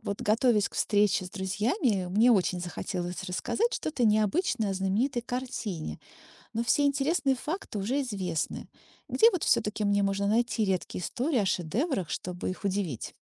Вот готовясь к встрече с друзьями, мне очень захотелось рассказать что-то необычное о знаменитой картине, но все интересные факты уже известны. Где вот все-таки мне можно найти редкие истории о шедеврах, чтобы их удивить?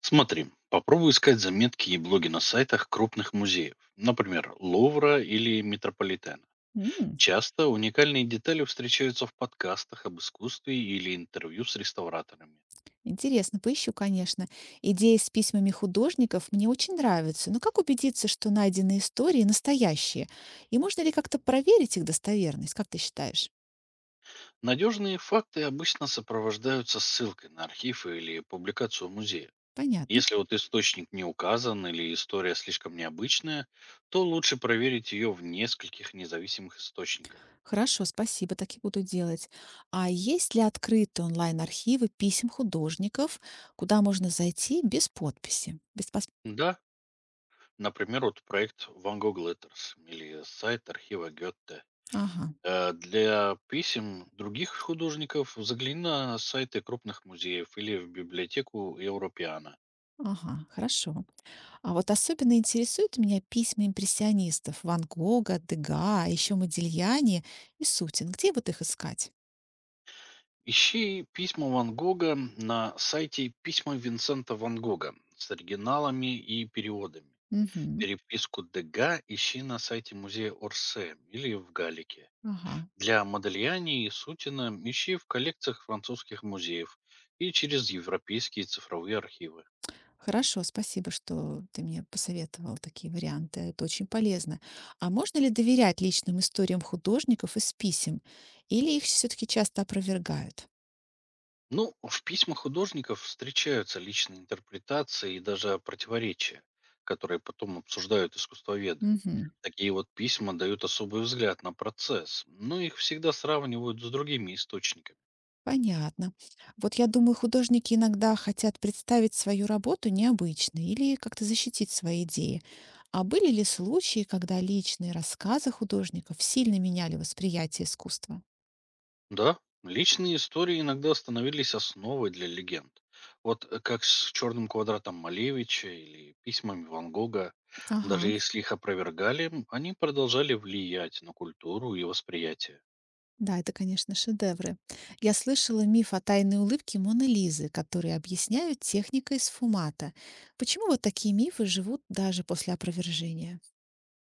Смотри, попробуй искать заметки и блоги на сайтах крупных музеев, например, Ловра или Метрополитена. М, Часто уникальные детали встречаются в подкастах об искусстве или интервью с реставраторами. интересно, поищу, конечно. Идеи с письмами художников мне очень нравятся, но как убедиться, что найденные истории настоящие? И можно ли как-то проверить их достоверность, как ты считаешь? Надежные факты обычно сопровождаются ссылкой на архив или публикацию музея. Понятно. Если вот источник не указан или история слишком необычная, то лучше проверить ее в нескольких независимых источниках. Хорошо, спасибо, так и буду делать. А есть ли открытые онлайн-архивы писем художников, куда можно зайти без подписи? Без пос- Да, например, вот проект Van Gogh Letters или сайт архива Гетте. Ага, Для писем других художников загляни на сайты крупных музеев или в библиотеку Европеана. ага, хорошо. А вот особенно интересуют меня письма импрессионистов Ван Гога, Дега, еще Модильяни и Сутин. Где вот их искать? Ищи письма Ван Гога на сайте «Письма Винсента Ван Гога» с оригиналами и переводами. Мгм, Переписку Дега ищи на сайте музея Орсе или в Галике. ага. Для Модельяни и Сутина ищи в коллекциях французских музеев и через европейские цифровые архивы. Хорошо, спасибо, что ты мне посоветовал такие варианты. Это очень полезно. А можно ли доверять личным историям художников из писем? Или их все-таки часто опровергают? Ну, в письмах художников встречаются личные интерпретации и даже противоречия, которые потом обсуждают искусствоведы. Мгм. Такие вот письма дают особый взгляд на процесс, но их всегда сравнивают с другими источниками. Понятно. Вот я думаю, художники иногда хотят представить свою работу необычной или как-то защитить свои идеи. А были ли случаи, когда личные рассказы художников сильно меняли восприятие искусства? Да, личные истории иногда становились основой для легенд. Вот как с черным квадратом Малевича или письмами Ван Гога. Даже Ага. если их опровергали, они продолжали влиять на культуру и восприятие. Да, это, конечно, шедевры. Я слышала миф о тайной улыбке Моны Лизы, который объясняют техникой сфумата. Почему вот такие мифы живут даже после опровержения?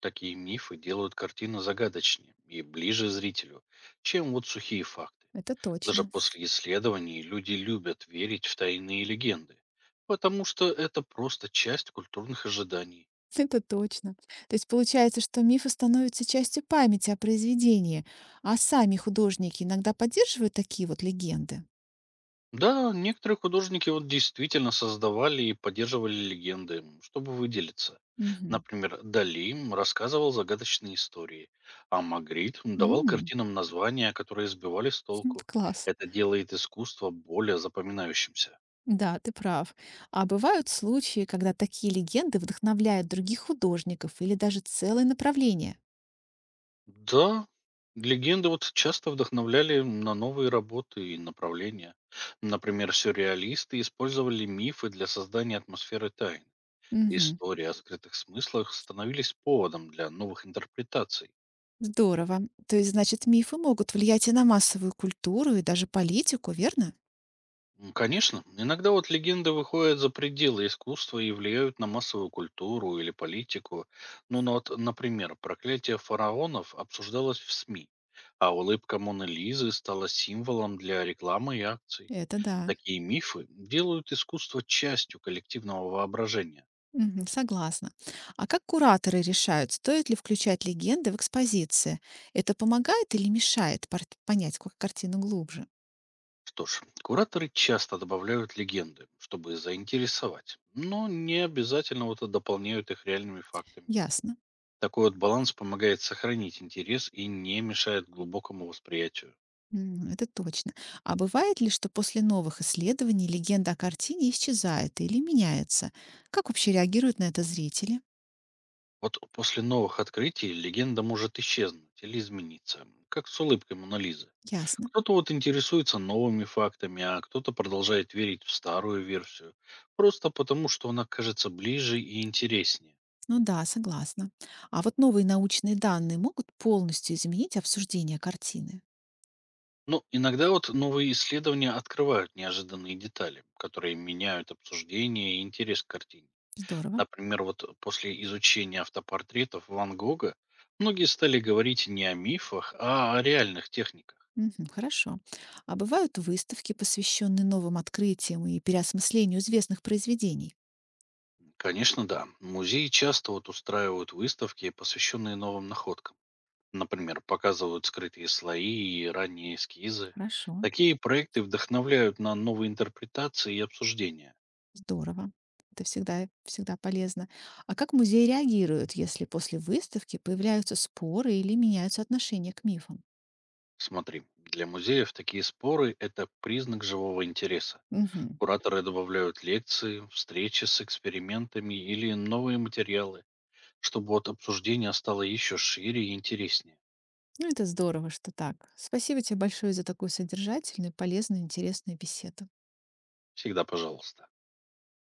Такие мифы делают картины загадочнее и ближе зрителю, чем вот сухие факты. Это Даже точно. после исследований люди любят верить в тайные легенды, потому что это просто часть культурных ожиданий. Это точно. То есть получается, что мифы становятся частью памяти о произведении, а сами художники иногда поддерживают такие вот легенды. Да, некоторые художники вот действительно создавали и поддерживали легенды, чтобы выделиться. Мгм. Например, Дали рассказывал загадочные истории, а Магрит давал М, картинам названия, которые сбивали с хм, толку. класс. Это делает искусство более запоминающимся. Да, ты прав. А бывают случаи, когда такие легенды вдохновляют других художников или даже целое направление. Да, легенды вот часто вдохновляли на новые работы и направления. Например, сюрреалисты использовали мифы для создания атмосферы тайн. Мгм. Истории о скрытых смыслах становились поводом для новых интерпретаций. Здорово. То есть, значит, мифы могут влиять и на массовую культуру, и даже политику, верно? Конечно, иногда вот легенды выходят за пределы искусства и влияют на массовую культуру или политику. Ну, ну вот, например, проклятие фараонов обсуждалось в СМИ, а улыбка Моны Лизы стала символом для рекламы и акций. Это да. Такие мифы делают искусство частью коллективного воображения. Мгм, согласна. А как кураторы решают, стоит ли включать легенды в экспозиции? Это помогает или мешает пор- понять ку- картину глубже? Что ж, кураторы часто добавляют легенды, чтобы заинтересовать, но не обязательно вот дополняют их реальными фактами. Ясно. Такой вот баланс помогает сохранить интерес и не мешает глубокому восприятию. М, это точно. А бывает ли, что после новых исследований легенда о картине исчезает или меняется? Как вообще реагируют на это зрители? Вот после новых открытий легенда может исчезнуть или измениться, как с улыбкой Монолизы. Ясно. Кто-то вот интересуется новыми фактами, а кто-то продолжает верить в старую версию, просто потому что она кажется ближе и интереснее. Ну да, согласна. А вот новые научные данные могут полностью изменить обсуждение картины. Ну, иногда вот новые исследования открывают неожиданные детали, которые меняют обсуждение и интерес к картине. Здорово. Например, вот после изучения автопортретов Ван Гога многие стали говорить не о мифах, а о реальных техниках. Мгм, хорошо. А бывают выставки, посвященные новым открытиям и переосмыслению известных произведений. Конечно, да. Музеи часто вот устраивают выставки, посвященные новым находкам. Например, показывают скрытые слои и ранние эскизы. Хорошо. Такие проекты вдохновляют на новые интерпретации и обсуждения. Здорово. Это всегда, всегда полезно. А как музеи реагируют, если после выставки появляются споры или меняются отношения к мифам? Смотри, для музеев такие споры – это признак живого интереса. Мгм. Кураторы добавляют лекции, встречи с экспериментами или новые материалы, чтобы вот обсуждение стало еще шире и интереснее. Ну, это здорово, что так. Спасибо тебе большое за такую содержательную, полезную, интересную беседу. Всегда пожалуйста.